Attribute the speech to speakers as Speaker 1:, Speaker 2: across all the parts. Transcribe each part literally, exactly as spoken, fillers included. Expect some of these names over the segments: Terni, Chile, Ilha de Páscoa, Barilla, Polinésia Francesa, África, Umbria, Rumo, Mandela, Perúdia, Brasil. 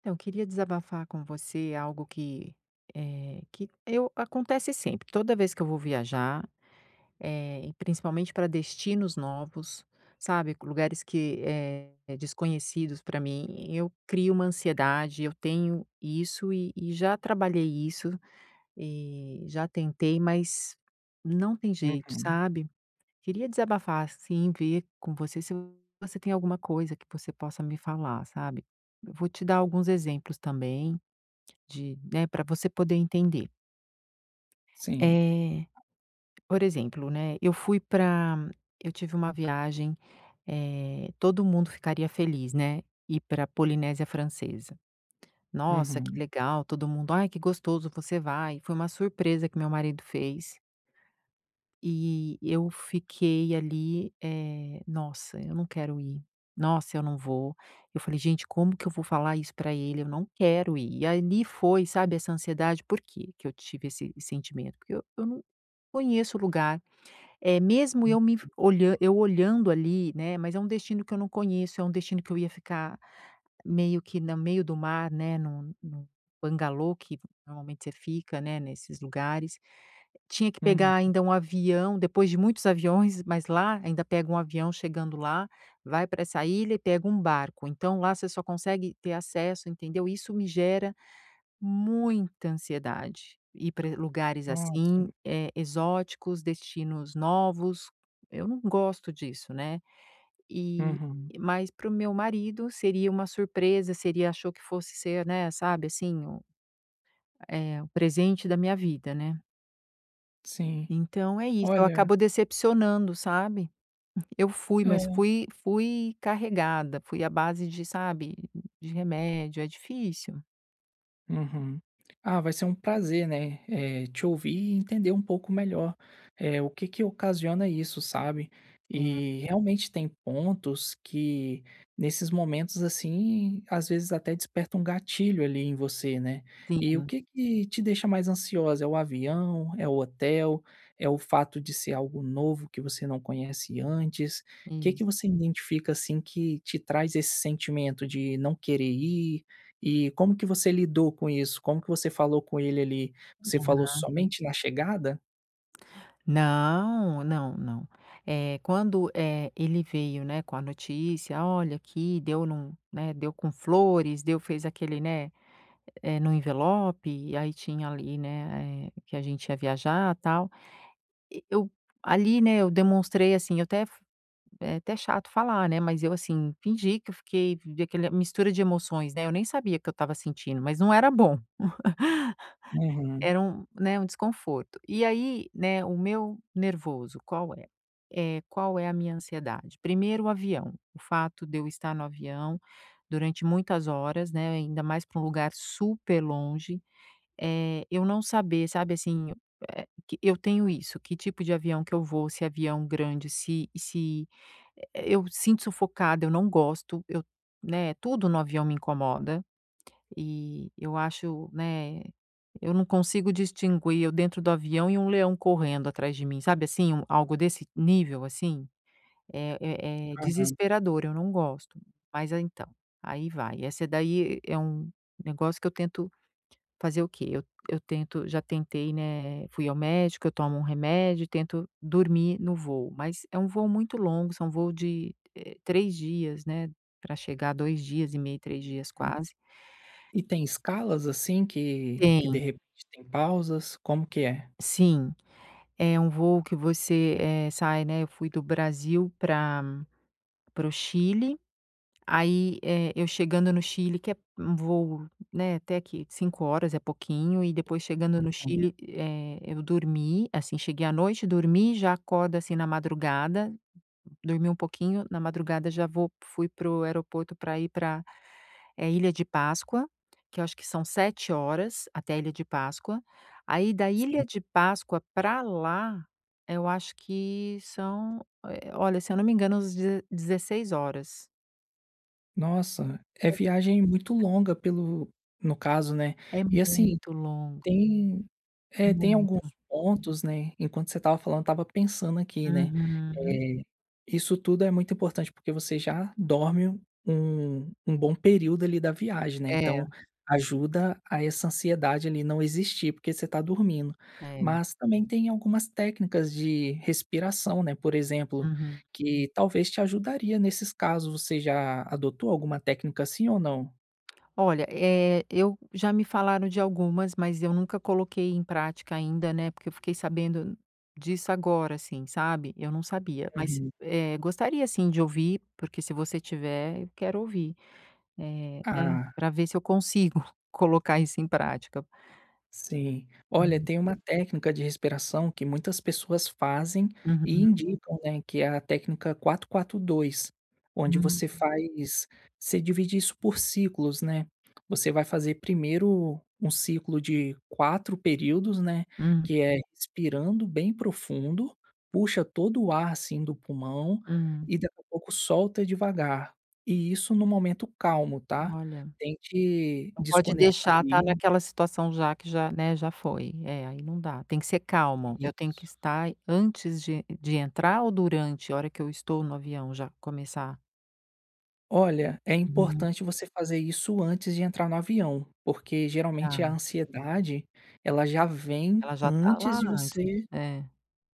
Speaker 1: Então, eu queria desabafar com você algo que, eh, que eu acontece sempre. Toda vez que eu vou viajar, eh, e principalmente para destinos novos, sabe, lugares que eh, desconhecidos para mim, eu crio uma ansiedade. Eu tenho isso e, e já trabalhei isso e já tentei, mas não tem jeito,
Speaker 2: Uhum.
Speaker 1: sabe? Queria desabafar, assim, ver com você se você tem alguma coisa que você possa me falar, sabe? Vou te dar alguns exemplos também. De né, pra você poder entender.
Speaker 2: Sim.
Speaker 1: Eh, por exemplo, né, eu fui para, eu tive uma viagem, eh, todo mundo ficaria feliz, né, ir pra Polinésia Francesa. "Nossa, que
Speaker 2: Uhum.
Speaker 1: legal", todo mundo: "Ai, que gostoso, você vai". Foi uma surpresa que meu marido fez. E eu fiquei ali, eh, "Nossa, eu não quero ir. Nossa, eu não vou". Eu falei: "Gente, como que eu vou falar isso pra ele? Eu não quero ir". E ali foi, sabe, essa ansiedade. Por que que eu tive esse sentimento? Porque eu eu não conheço o lugar. É mesmo eu me olhan eu olhando ali, né, mas é um destino que eu não conheço, é um destino que eu ia ficar meio que no meio do mar, né, num num bangalô que normalmente você fica, né, nesses lugares. Tinha que pegar
Speaker 2: Uhum.
Speaker 1: ainda um avião, depois de muitos aviões, mas lá ainda pega um avião chegando lá, vai para essa ilha e pega um barco, então lá você só consegue ter acesso, entendeu. Isso me gera muita ansiedade, ir pra lugares
Speaker 2: Nossa.
Speaker 1: assim, eh, exóticos, destinos novos, eu não gosto disso, né. E
Speaker 2: Uhum.
Speaker 1: mas para o meu marido seria uma surpresa, seria achou que fosse ser, né, sabe, assim, o eh, o presente da minha vida, né.
Speaker 2: Sim.
Speaker 1: Então é isso, eu
Speaker 2: Olha,
Speaker 1: acabo decepcionando, sabe. Eu fui, mas
Speaker 2: é.
Speaker 1: fui fui carregada, fui à base de, sabe, de remédio, é difícil.
Speaker 2: Uhum. Ah, vai ser um prazer, né, eh, te ouvir e entender um pouco melhor, eh, o que que ocasiona isso, sabe.
Speaker 1: Sim,
Speaker 2: E realmente tem pontos que, nesses momentos, assim, às vezes até desperta um gatilho ali em você, né. E o
Speaker 1: sim,
Speaker 2: que que te deixa mais ansiosa? É o avião? É o hotel? É o fato de ser algo novo que você não conhece antes? O Que que
Speaker 1: isso.
Speaker 2: você identifica, assim, que te traz esse sentimento de não querer ir, e como que você lidou com isso? Como que você falou com ele ali? Você falou somente na chegada?
Speaker 1: Não, não, não. É quando, é ele veio, né, com a notícia: "Olha aqui, deu num" né, deu com flores, deu fez aquele, né, eh, num envelope, e aí tinha ali, né, eh, que a gente ia viajar, tal. E eu ali, né, eu demonstrei, assim, eu até f é até chato falar, né, mas eu, assim, fingi que eu fiquei de aquela mistura de emoções, né, eu nem sabia o que eu estava sentindo, mas não era bom,
Speaker 2: Uhum,
Speaker 1: era um, né, um desconforto. E aí, né, o meu nervoso qual é? É qual é a minha ansiedade? Primeiro o avião, o fato de eu estar no avião durante muitas horas, né, ainda mais para um lugar super longe, eh, eu não saber, sabe, assim, eh, que eu tenho isso, que tipo de avião que eu vou, se é avião grande, se se é, eu sinto sufocada, eu não gosto, eu né, tudo no avião me incomoda, e eu acho, né, eu não consigo distinguir eu dentro do avião e um leão correndo atrás de mim, sabe, assim, um algo desse nível, assim, é é é
Speaker 2: aham.
Speaker 1: desesperador, eu não gosto. Mas, é então, aí vai, essa daí é um negócio que eu tento fazer o quê? Eu eu tento já tentei, né, fui ao médico, eu tomo um remédio e tento dormir no voo, mas é um voo muito longo, são voo de, eh, três dias, né, para chegar, dois dias e meio, três dias quase.
Speaker 2: E tem escalas, assim, que que de
Speaker 1: Tem,
Speaker 2: repente tem pausas, como que é?
Speaker 1: sim. É um voo que você, eh, sai, né, eu fui do Brasil pra para o Chile. Aí, eh, eu chegando no Chile, que é um voo, né, até aqui cinco horas é pouquinho, e depois chegando no Chile, eh, eu dormi, assim, cheguei à noite, dormi, já acordo, assim, na madrugada, dormi um pouquinho, na madrugada já vou fui pro aeroporto para ir para eh, Ilha de Páscoa, que eu acho que são sete horas até a Ilha de Páscoa. Aí da Ilha
Speaker 2: Sim.
Speaker 1: de Páscoa para lá, eu acho que são, eh, olha, se eu não me engano, uns deze dezesseis horas.
Speaker 2: Nossa, é viagem muito longa pelo, no caso, né.
Speaker 1: É
Speaker 2: E assim,
Speaker 1: muito longo,
Speaker 2: tem
Speaker 1: é
Speaker 2: É, tem alguns
Speaker 1: muito.
Speaker 2: pontos, né, enquanto você estava falando, eu estava pensando aqui, né,
Speaker 1: Uhum.
Speaker 2: eh, isso tudo é muito importante, porque você já dorme um um bom período ali da viagem, né,
Speaker 1: É,
Speaker 2: então ajuda a essa ansiedade ali não existir, porque você está dormindo.
Speaker 1: é.
Speaker 2: Mas também tem algumas técnicas de respiração, né, por exemplo,
Speaker 1: Uhum.
Speaker 2: que talvez te ajudaria nesses casos. Você já adotou alguma técnica assim ou não?
Speaker 1: Olha, eh, eu já me falaram de algumas, mas eu nunca coloquei em prática ainda, né, porque eu fiquei sabendo disso agora, assim, sabe, eu não sabia, mas,
Speaker 2: Uhum.
Speaker 1: eh, gostaria sim de ouvir, porque se você tiver, eu quero ouvir, eh, né,
Speaker 2: Ah.
Speaker 1: para ver se eu consigo colocar isso em prática.
Speaker 2: Sim. Olha,
Speaker 1: Hum.
Speaker 2: tem uma técnica de respiração que muitas pessoas fazem e
Speaker 1: Uhum.
Speaker 2: indicam, né, que é a técnica quatro quatro dois, onde
Speaker 1: Hum.
Speaker 2: você faz, você divide isso por ciclos, né. Você vai fazer primeiro um ciclo de quatro períodos, né,
Speaker 1: Hum.
Speaker 2: que é respirando bem profundo, puxa todo o ar, assim, do pulmão,
Speaker 1: Hum.
Speaker 2: e daqui a pouco solta devagar. E isso no momento calmo, tá.
Speaker 1: Olha.
Speaker 2: Tente
Speaker 1: Não pode
Speaker 2: desconectar
Speaker 1: deixar estar naquela situação já que já, né, já foi. É, aí não dá. Tem que ser calmo. Eu tenho que
Speaker 2: isso.
Speaker 1: estar antes de de entrar ou durante, a hora que eu estou no avião já começar?
Speaker 2: Olha, é
Speaker 1: Uhum,
Speaker 2: importante você fazer isso antes de entrar no avião, porque
Speaker 1: tá.
Speaker 2: geralmente a ansiedade, ela já vem
Speaker 1: Ela já tá
Speaker 2: antes
Speaker 1: lá
Speaker 2: de
Speaker 1: antes.
Speaker 2: você.
Speaker 1: É.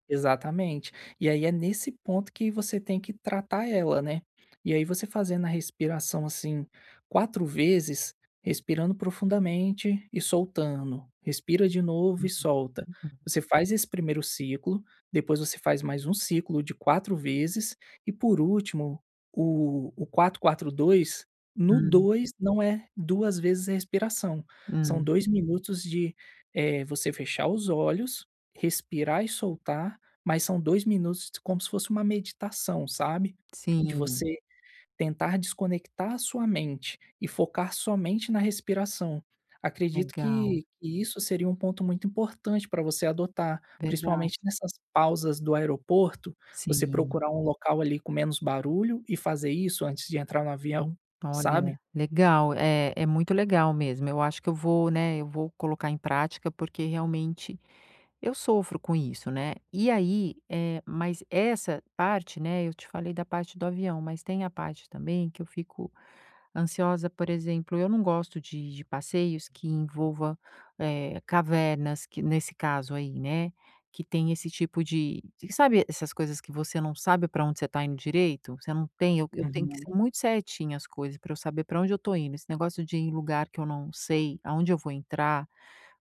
Speaker 2: Exatamente. E aí é nesse ponto que você tem que tratar ela, né. E aí você fazendo a respiração, assim, quatro vezes, respirando profundamente e soltando, respira de novo e solta.
Speaker 1: Uhum.
Speaker 2: Você faz esse primeiro ciclo, depois você faz mais um ciclo de quatro vezes, e por último, o o quatro quatro dois. No
Speaker 1: Hum,
Speaker 2: dois não é duas vezes a respiração, são
Speaker 1: hum.
Speaker 2: dois minutos de, eh, você fechar os olhos, respirar e soltar, mas são dois minutos como se fosse uma meditação, sabe, de
Speaker 1: Sim,
Speaker 2: você tentar desconectar a sua mente e focar somente na respiração. Acredito
Speaker 1: legal.
Speaker 2: que que isso seria um ponto muito importante para você adotar,
Speaker 1: Verdade.
Speaker 2: principalmente nessas pausas do aeroporto. Você
Speaker 1: Sim.
Speaker 2: procurar um local ali com menos barulho e fazer isso antes de entrar no avião, sabe?
Speaker 1: Olha, legal, é é muito legal mesmo. Eu acho que eu vou, né, eu vou colocar em prática, porque realmente eu sofro com isso, né. E aí, eh, mas essa parte, né, eu te falei da parte do avião, mas tem a parte também que eu fico ansiosa, por exemplo, eu não gosto de de passeios que envolva, eh, cavernas, que nesse caso aí, né. Que tem esse tipo de de sabe essas coisas que você não sabe para onde você está indo direito? Você não tem eu eu tenho que
Speaker 2: Uhum,
Speaker 1: ser muito certinha as coisas para eu saber para onde eu tô indo. Esse negócio de ir em lugar que eu não sei aonde eu vou entrar,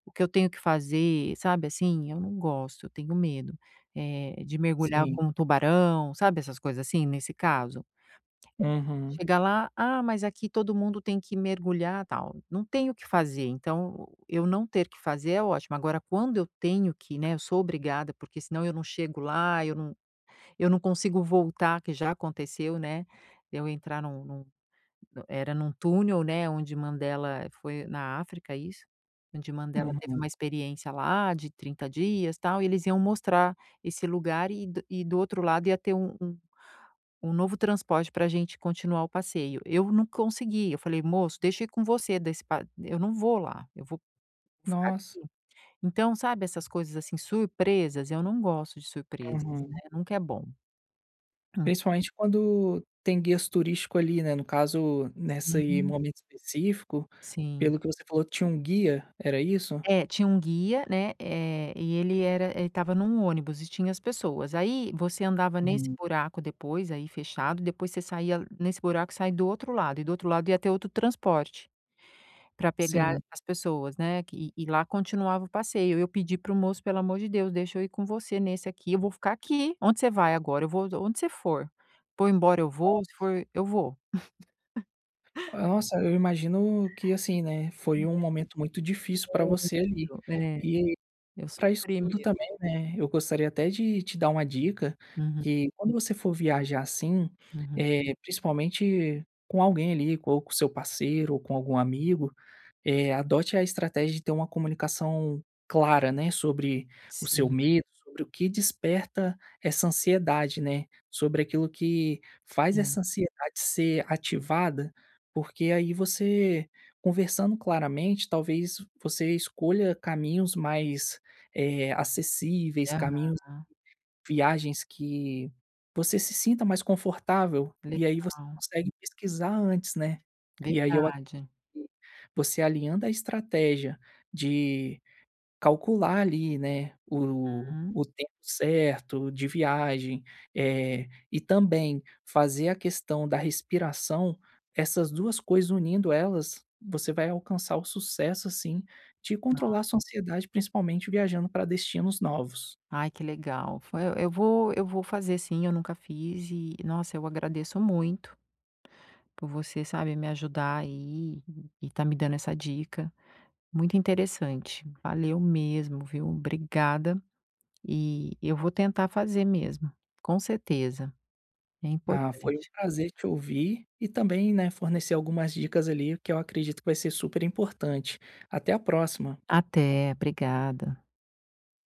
Speaker 1: o que eu tenho que fazer, sabe assim, eu não gosto, eu tenho medo, eh, de mergulhar
Speaker 2: sim.
Speaker 1: com um tubarão, sabe essas coisas assim, nesse caso?
Speaker 2: Uhum,
Speaker 1: Chega lá: "Ah, mas aqui todo mundo tem que mergulhar, tal". Não tem o que fazer, então eu não ter que fazer é ótimo. Agora quando eu tenho que, né, eu sou obrigada, porque senão eu não chego lá, eu não eu não consigo voltar, que já aconteceu, né, eu entrar num num era num túnel, né, onde Mandela foi na África é isso? Onde Mandela teve
Speaker 2: uhum.
Speaker 1: uma experiência lá de trinta dias, tal, e eles iam mostrar esse lugar, e do e do outro lado ia ter um um um novo transporte para a gente continuar o passeio. Eu não consegui, eu falei: "Moço, deixa eu ir com você desse pa eu não vou lá, eu vou vou ficar
Speaker 2: Nossa.
Speaker 1: aqui". Então, sabe essas coisas, assim, surpresas, eu não gosto de surpresas,
Speaker 2: Uhum.
Speaker 1: né, nunca é bom. Hum.
Speaker 2: Principalmente quando tem guias turístico ali, né, no caso, nesse
Speaker 1: Sim,
Speaker 2: momento específico,
Speaker 1: sim.
Speaker 2: pelo que você falou, tinha um guia, era isso?
Speaker 1: É, tinha um guia, né, eh, e ele era ele estava num ônibus e tinha as pessoas. Aí você andava nesse
Speaker 2: Uhum.
Speaker 1: buraco depois, aí fechado, depois você saía nesse buraco, sai do outro lado, e do outro lado ia ter outro transporte para pegar
Speaker 2: Sim.
Speaker 1: as pessoas, né, que e lá continuava o passeio. Eu pedi para o moço: "Pelo amor de Deus, deixa eu ir com você nesse aqui, eu vou ficar aqui. Onde você vai agora? Eu vou onde você for. For embora eu vou, se for eu vou".
Speaker 2: Ah, nossa, eu imagino que, assim, né, foi um momento muito difícil para você ali.
Speaker 1: Muito, é,
Speaker 2: E
Speaker 1: eu
Speaker 2: para isso
Speaker 1: sofri
Speaker 2: tudo
Speaker 1: mesmo.
Speaker 2: também, né, eu gostaria até de te dar uma dica,
Speaker 1: Uhum,
Speaker 2: que quando você for viajar assim,
Speaker 1: uhum.
Speaker 2: eh, principalmente com alguém ali, ou com seu parceiro ou com algum amigo, Eh, adote a estratégia de ter uma comunicação clara, né, sobre o seu
Speaker 1: Sim,
Speaker 2: medo, sobre o que desperta essa ansiedade, né, sobre aquilo que faz
Speaker 1: sim.
Speaker 2: essa ansiedade ser ativada, porque aí você, conversando claramente, talvez você escolha caminhos mais, eh, acessíveis, caminhos,
Speaker 1: Aham.
Speaker 2: viagens que você se sinta mais confortável, e aí você
Speaker 1: Legal,
Speaker 2: consegue pesquisar antes, né. E aí eu
Speaker 1: verdade.
Speaker 2: acredito que você alinhando a estratégia de calcular ali, né, o
Speaker 1: Uhum.
Speaker 2: o tempo certo de viagem, eh, e também fazer a questão da respiração, essas duas coisas unindo elas, você vai alcançar o sucesso, assim, de controlar a sua ansiedade, principalmente viajando para destinos novos.
Speaker 1: Ai, que legal. Foi eu vou eu vou fazer sim, eu nunca fiz e, nossa, eu agradeço muito por você, sabe, me ajudar aí e tá me dando essa dica. Muito interessante. Valeu mesmo, viu? Obrigada. E eu vou tentar fazer mesmo, com certeza. É
Speaker 2: Ah, foi um
Speaker 1: importante.
Speaker 2: prazer te ouvir e também, né, fornecer algumas dicas ali que eu acredito que vai ser super importante. Até a próxima.
Speaker 1: Até, obrigada.